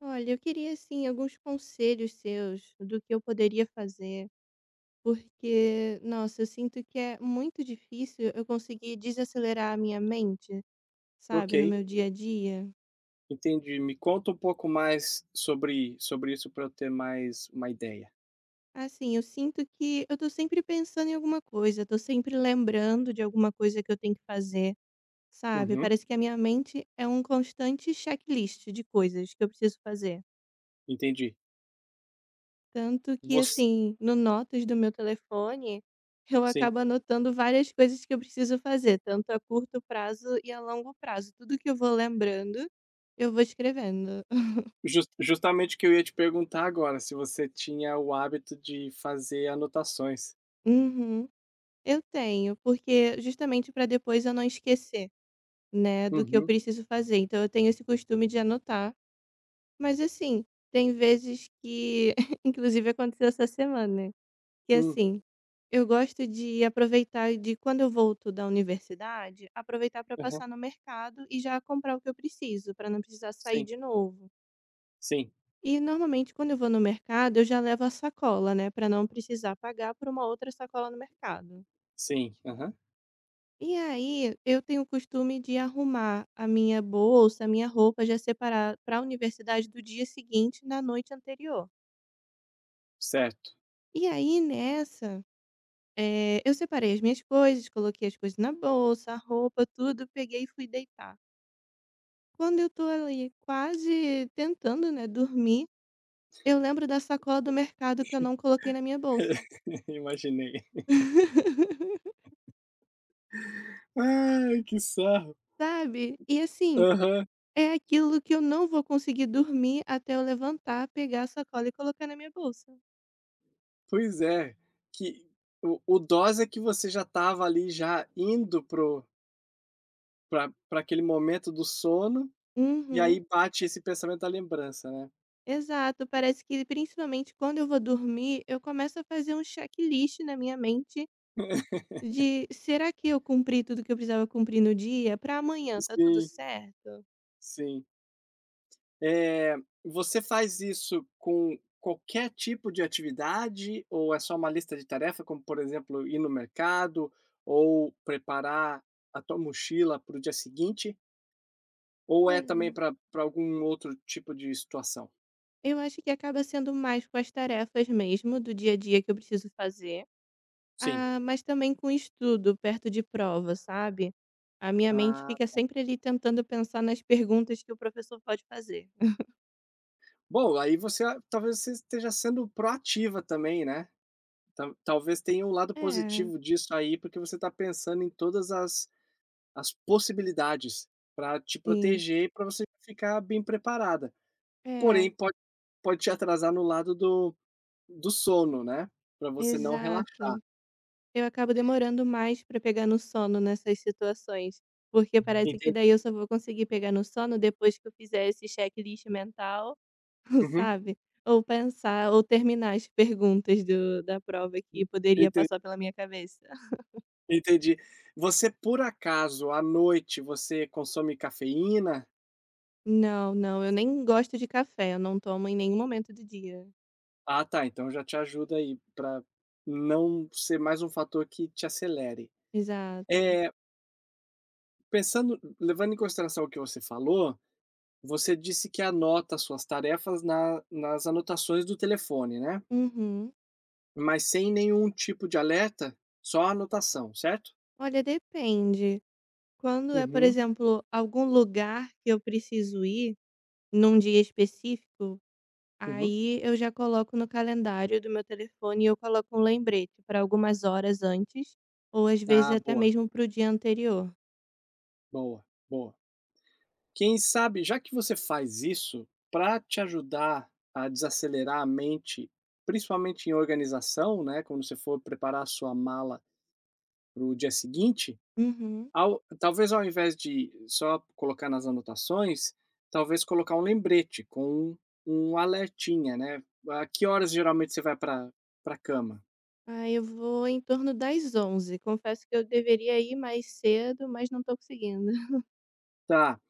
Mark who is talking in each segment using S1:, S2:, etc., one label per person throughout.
S1: Olha, eu queria assim alguns conselhos seus do que eu poderia fazer, porque nossa, eu sinto que é muito difícil eu conseguir desacelerar a minha mente,
S2: Ok,
S1: sabe, no meu dia a dia.
S2: entendi. Me conta um pouco mais sobre isso para eu ter mais uma ideia.
S1: Assim, eu sinto que eu tô sempre pensando em alguma coisa, tô sempre lembrando de alguma coisa que eu tenho que fazer, sabe?
S2: Uhum,
S1: Parece que a minha mente é um constante checklist de coisas que eu preciso fazer.
S2: entendi.
S1: Tanto que,
S2: Você,
S1: assim, no notas do meu telefone, eu
S2: sim.
S1: acabo anotando várias coisas que eu preciso fazer, tanto a curto prazo e a longo prazo. Tudo que eu vou lembrando, eu vou escrevendo.
S2: Justamente o que eu ia te perguntar agora, se você tinha o hábito de fazer anotações.
S1: Uhum. Eu tenho, porque justamente para depois eu não esquecer, né, do que eu
S2: Uhum.
S1: preciso fazer. Então eu tenho esse costume de anotar. Mas assim, tem vezes que, inclusive aconteceu essa semana. E
S2: Hum.
S1: assim, eu gosto de aproveitar de quando eu volto da universidade, aproveitar para
S2: Aham.
S1: passar no mercado e já comprar o que eu preciso, para não precisar sair
S2: Sim,
S1: de novo.
S2: sim,
S1: E normalmente quando eu vou no mercado, eu já levo a sacola, né, para não precisar pagar por uma outra sacola no mercado.
S2: sim. Aham.
S1: E aí, eu tenho o costume de arrumar a minha bolsa, a minha roupa já separar para a universidade do dia seguinte, na noite anterior.
S2: Certo.
S1: E aí nessa eu separei as minhas coisas, coloquei as coisas na bolsa, a roupa, tudo, peguei e fui deitar. Quando eu tô ali quase tentando, né, dormir, eu lembro da sacola do mercado que eu não coloquei na minha bolsa.
S2: Imaginei. Ai, que sarro.
S1: Sabe? E assim,
S2: Aham.
S1: é aquilo que eu não vou conseguir dormir até eu levantar, pegar a sacola e colocar na minha bolsa.
S2: Pois é, que o dose é que você já estava ali já indo para Pra pra aquele momento do sono, e
S1: Uhum.
S2: aí bate esse pensamento da lembrança, né.
S1: Exato, parece que principalmente quando eu vou dormir, eu começo a fazer um checklist na minha mente. De será que eu cumpri tudo que eu precisava cumprir no dia? Para amanhã tá tudo
S2: Sim,
S1: certo?
S2: sim. Eh, Você faz isso com qualquer tipo de atividade ou é só uma lista de tarefa, como, por exemplo, ir no mercado ou preparar a tua mochila para o dia seguinte, ou é também
S1: Olha.
S2: pra algum outro tipo de situação?
S1: Eu acho que acaba sendo mais com as tarefas mesmo do dia a dia que eu preciso fazer,
S2: Sim.
S1: ah, mas também com estudo perto de prova, sabe. A minha mente
S2: Ah,
S1: fica sempre ali tentando pensar nas perguntas que o professor pode fazer.
S2: bom, aí você talvez você esteja sendo proativa também, né. Talvez tenha um lado
S1: É.
S2: positivo disso aí, porque você está pensando em todas as possibilidades para te
S1: Sim,
S2: proteger, para você ficar bem preparada.
S1: é,
S2: Porém, pode te atrasar no lado do sono, né, para você não relaxar.
S1: exato. Eu acabo demorando mais para pegar no sono nessas situações, porque parece que
S2: Entendi.
S1: daí eu só vou conseguir pegar no sono depois que eu fizer esse checklist mental,
S2: Uhum.
S1: sabe, ou pensar ou terminar as perguntas do da prova que poderia
S2: Enten
S1: passar pela minha cabeça.
S2: entendi. Você, por acaso, à noite, você consome cafeína?
S1: Não, não, eu nem gosto de café, eu não tomo em nenhum momento do dia.
S2: Ah, tá, então já te ajuda aí para não ser mais um fator que te acelere.
S1: Exato.
S2: É. Pensando, levando em consideração o que você falou, você disse que anota suas tarefas na nas anotações do telefone, né,
S1: Uhum.
S2: mas sem nenhum tipo de alerta? Só a anotação, certo?
S1: Olha, depende. Quando é, por
S2: Uhum,
S1: exemplo, algum lugar que eu preciso ir num dia específico.
S2: uhum.
S1: Aí eu já coloco no calendário do meu telefone, e eu coloco um lembrete para algumas horas antes, ou às vezes
S2: Ah,
S1: até
S2: boa,
S1: mesmo para o dia anterior.
S2: boa, boa. Quem sabe, já que você faz isso, para te ajudar a desacelerar a mente, principalmente em organização, né, quando você for preparar a sua mala para o dia seguinte,
S1: Uhum.
S2: Ao talvez ao invés de só colocar nas anotações, talvez colocar um lembrete com um alertinha, né. "A que horas geralmente você vai para pra cama?".
S1: Aí eu vou em torno das 23h. Confesso que eu deveria ir mais cedo, mas não tô conseguindo.
S2: Tá,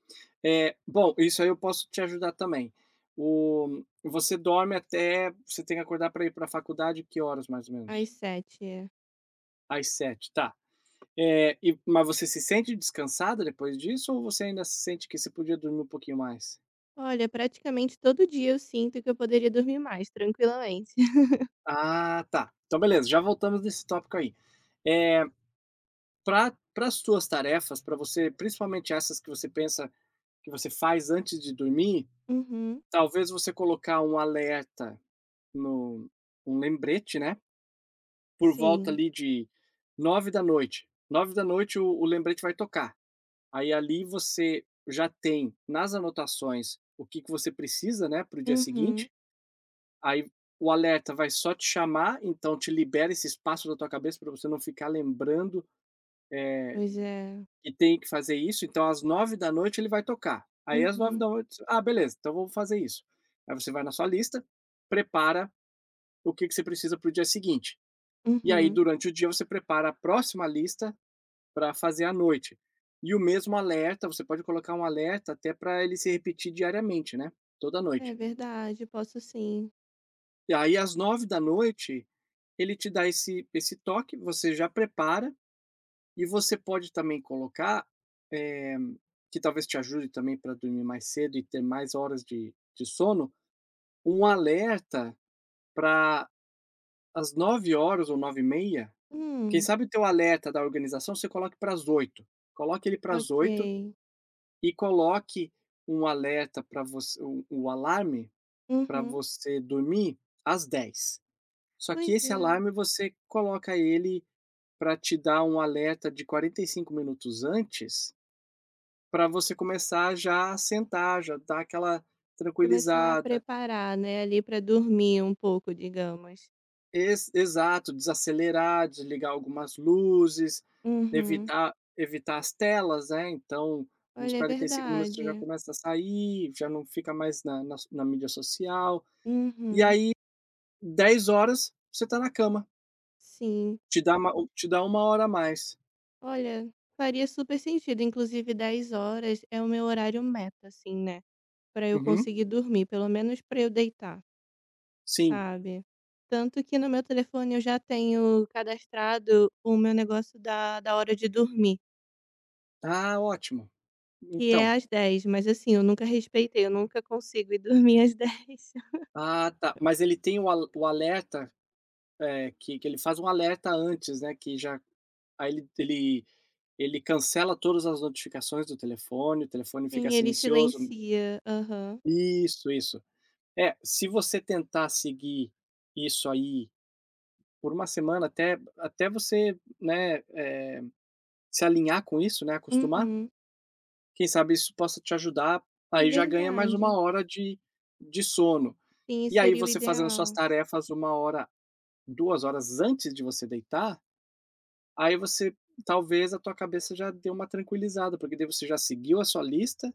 S2: é bom, isso aí eu posso te ajudar também. O Você dorme até... Você tem que acordar para ir para a faculdade que horas, mais ou menos?
S1: Às 7h. É.
S2: Às sete, tá. É, e mas você se sente descansada depois disso ou você ainda se sente que você podia dormir um pouquinho mais?
S1: Olha, praticamente todo dia eu sinto que eu poderia dormir mais, tranquilamente.
S2: Ah, tá. Então beleza, já voltamos nesse tópico aí. Eh Para as suas tarefas, para você, principalmente essas que você pensa que você faz antes de dormir,
S1: Uhum.
S2: talvez você colocar um alerta no um lembrete, né, por volta
S1: Sim.
S2: ali de 21h. 21h o lembrete vai tocar. Aí ali você já tem nas anotações o que que você precisa, né, para o dia
S1: Uhum.
S2: seguinte, aí o alerta vai só te chamar, então te libera esse espaço da tua cabeça para você não ficar lembrando
S1: Pois é.
S2: que tem que fazer isso, então às nove da noite ele vai tocar. Aí às nove
S1: Uhum.
S2: da noite, "Ah, beleza, então vamos fazer isso". Aí você vai na sua lista, prepara o que que você precisa para o dia seguinte. E aí
S1: Uhum.
S2: durante o dia você prepara a próxima lista para fazer à noite. E o mesmo alerta, você pode colocar um alerta até para ele se repetir diariamente, né, toda
S1: É
S2: noite.
S1: verdade, posso sim.
S2: E aí às nove da noite, ele te dá esse toque, você já prepara. E você pode também colocar, eh, que talvez te ajude também para dormir mais cedo e ter mais horas de sono, um alerta para as nove horas ou nove e meia. Quem
S1: Hum,
S2: sabe o teu alerta da organização você coloque para as oito, coloque ele para as oito
S1: ok.
S2: e coloque um alerta para você, o alarme para
S1: Uhum.
S2: você dormir às dez. Só que
S1: Pois
S2: esse
S1: é,
S2: alarme você coloca ele para te dar um alerta de 45 minutos antes, para você começar já a sentar, já dar aquela
S1: começar a
S2: tranquilizada.
S1: preparar, né, ali para dormir um pouco, digamos.
S2: Ex exato, desacelerar, desligar algumas luzes,
S1: Uhum.
S2: evitar as telas, né, então uns
S1: Olha, é
S2: 45 minutos você já
S1: verdade.
S2: começa a sair, já não fica mais na mídia social. E
S1: Uhum.
S2: aí dez horas você tá na cama,
S1: Sim.
S2: te dá uma hora a mais.
S1: Olha, faria super sentido, inclusive 22h é o meu horário meta, assim, né, para eu
S2: Uhum,
S1: conseguir dormir, pelo menos para eu deitar,
S2: sim.
S1: sabe. Tanto que no meu telefone eu já tenho cadastrado o meu negócio da hora de dormir,
S2: Ah, ótimo.
S1: que é
S2: Então
S1: às 22h, mas assim, eu nunca respeitei, eu nunca consigo ir dormir às 22h.
S2: ah, tá, mas ele tem o alerta. É, que ele faz um alerta antes, né, que já, aí ele cancela todas as notificações do telefone, o telefone fica
S1: Sim, ele
S2: silencioso.
S1: silencia. Aham.
S2: Isso, isso. É, se você tentar seguir isso aí por uma semana até você, né, se alinhar com isso, né, acostumar,
S1: Uhum.
S2: quem sabe isso possa te ajudar,
S1: É
S2: aí já ganha mais uma
S1: verdade.
S2: hora de sono.
S1: Sim,
S2: E aí
S1: seria o
S2: você fazendo suas
S1: ideal.
S2: tarefas uma hora, 2 horas antes de você deitar. Aí você talvez a tua cabeça já deu uma tranquilizada, porque daí você já seguiu a sua lista,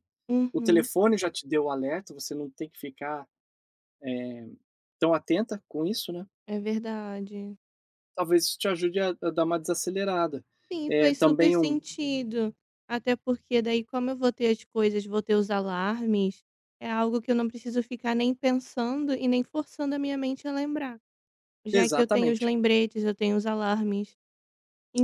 S2: o
S1: Uhum.
S2: telefone já te deu o alerta, você não tem que ficar tão atenta com isso, né.
S1: É verdade.
S2: Talvez isso te ajude a dar uma desacelerada.
S1: Sim,
S2: É
S1: faz super
S2: também um
S1: sentido. Até porque daí como eu vou ter as coisas, vou ter os alarmes, é algo que eu não preciso ficar nem pensando e nem forçando a minha mente a lembrar. Já que eu tenho os
S2: Exatamente,
S1: lembretes, eu tenho os alarmes.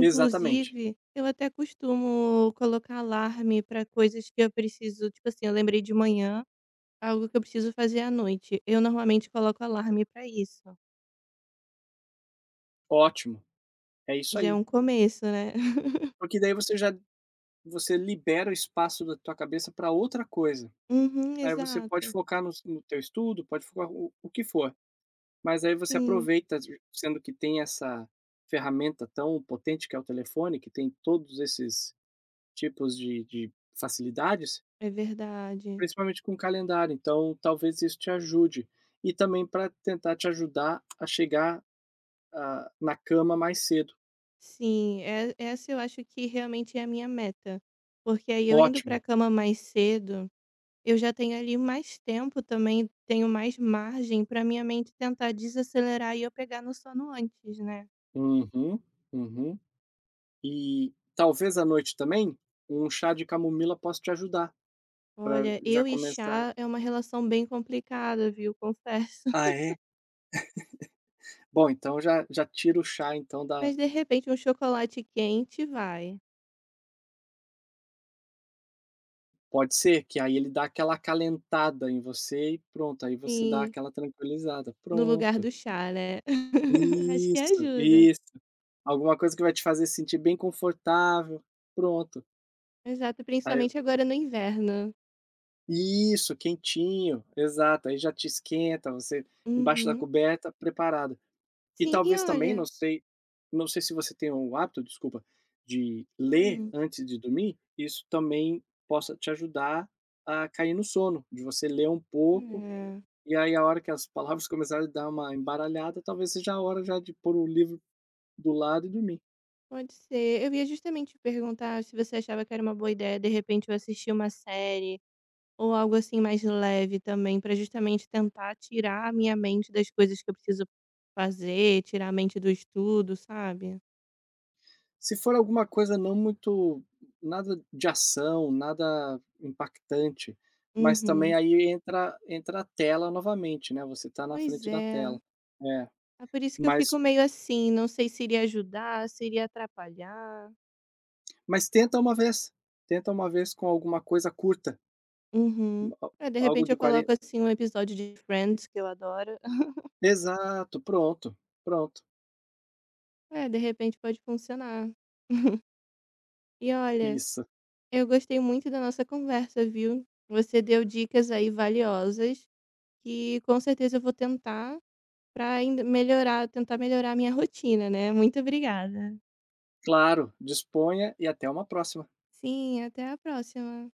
S2: exatamente.
S1: eu até costumo colocar alarme para coisas que eu preciso, tipo assim, eu lembrei de manhã, algo que eu preciso fazer à noite. Eu normalmente coloco alarme pra isso.
S2: Ótimo, é isso
S1: Já é
S2: aí.
S1: um começo, né.
S2: Porque daí você libera o espaço da tua cabeça para outra coisa.
S1: Uhum,
S2: Aí você pode
S1: exato.
S2: focar nos no teu estudo, pode focar o que for. Mas aí você
S1: Sim,
S2: aproveita, sendo que tem essa ferramenta tão potente que é o telefone, que tem todos esses tipos de facilidades,
S1: é verdade.
S2: principalmente com o calendário, então talvez isso te ajude. E também para tentar te ajudar a chegar, ah, na cama mais cedo.
S1: Sim, e essa eu acho que realmente é a minha meta, porque aí eu indo pra
S2: Ótimo.
S1: cama mais cedo, eu já tenho ali mais tempo também, tenho mais margem pra minha mente tentar desacelerar e eu pegar no sono antes, né.
S2: Uhum, uhum. E talvez à noite também, um chá de camomila possa te ajudar, para
S1: Olha,
S2: já
S1: eu e
S2: começar.
S1: chá é uma relação bem complicada, viu, confesso.
S2: Ah, é? Bom, então já já tira o chá então da...
S1: Mas de repente um chocolate quente vai.
S2: Pode ser, que aí ele dá aquela acalentada em você e pronto, aí você dá
S1: Sim,
S2: aquela tranquilizada,
S1: no lugar
S2: pronto.
S1: do chá, né. Acho que
S2: Isso,
S1: ajuda.
S2: isso. Alguma coisa que vai te fazer sentir bem confortável, pronto.
S1: Exato,
S2: Aí eu
S1: principalmente agora no inverno.
S2: Isso, quentinho, exato, aí já te esquenta, você embaixo da
S1: Uhum.
S2: coberta, preparado. E
S1: Sim, e
S2: talvez também, não
S1: olha.
S2: sei não sei se você tem o hábito, desculpa, de ler
S1: Hum,
S2: antes de dormir, isso também possa te ajudar a cair no sono, de você ler um pouco.
S1: é,
S2: E aí a hora que as palavras começarem a dar uma embaralhada, talvez seja a hora já de pôr o livro do lado e dormir.
S1: pode ser. Eu ia justamente te perguntar se você achava que era uma boa ideia, de repente, eu assistir uma série ou algo, assim, mais leve também, pra justamente tentar tirar a minha mente das coisas que eu preciso fazer, tirar a mente do estudo, sabe.
S2: Se for alguma coisa não muito... Nada de ação, nada impactante, mas também
S1: Uhum.
S2: aí entra a tela novamente, né, você tá na
S1: Pois
S2: frente da
S1: é.
S2: tela. É,
S1: É por isso que eu fico
S2: mas
S1: meio assim, não sei se iria ajudar, se iria atrapalhar.
S2: mas tenta uma vez com alguma coisa curta,
S1: Uhum. É, de
S2: a algo
S1: repente eu
S2: de
S1: coloco
S2: quarenta.
S1: assim um episódio de Friends, que eu adoro.
S2: Exato, pronto, pronto.
S1: É, de repente pode funcionar. E olha,
S2: Isso.
S1: eu gostei muito da nossa conversa, viu? Você deu dicas aí valiosas que com certeza eu vou tentar para ainda melhorar, tentar melhorar a minha rotina, né? Muito obrigada.
S2: Claro, disponha e até uma próxima.
S1: Sim, até a próxima.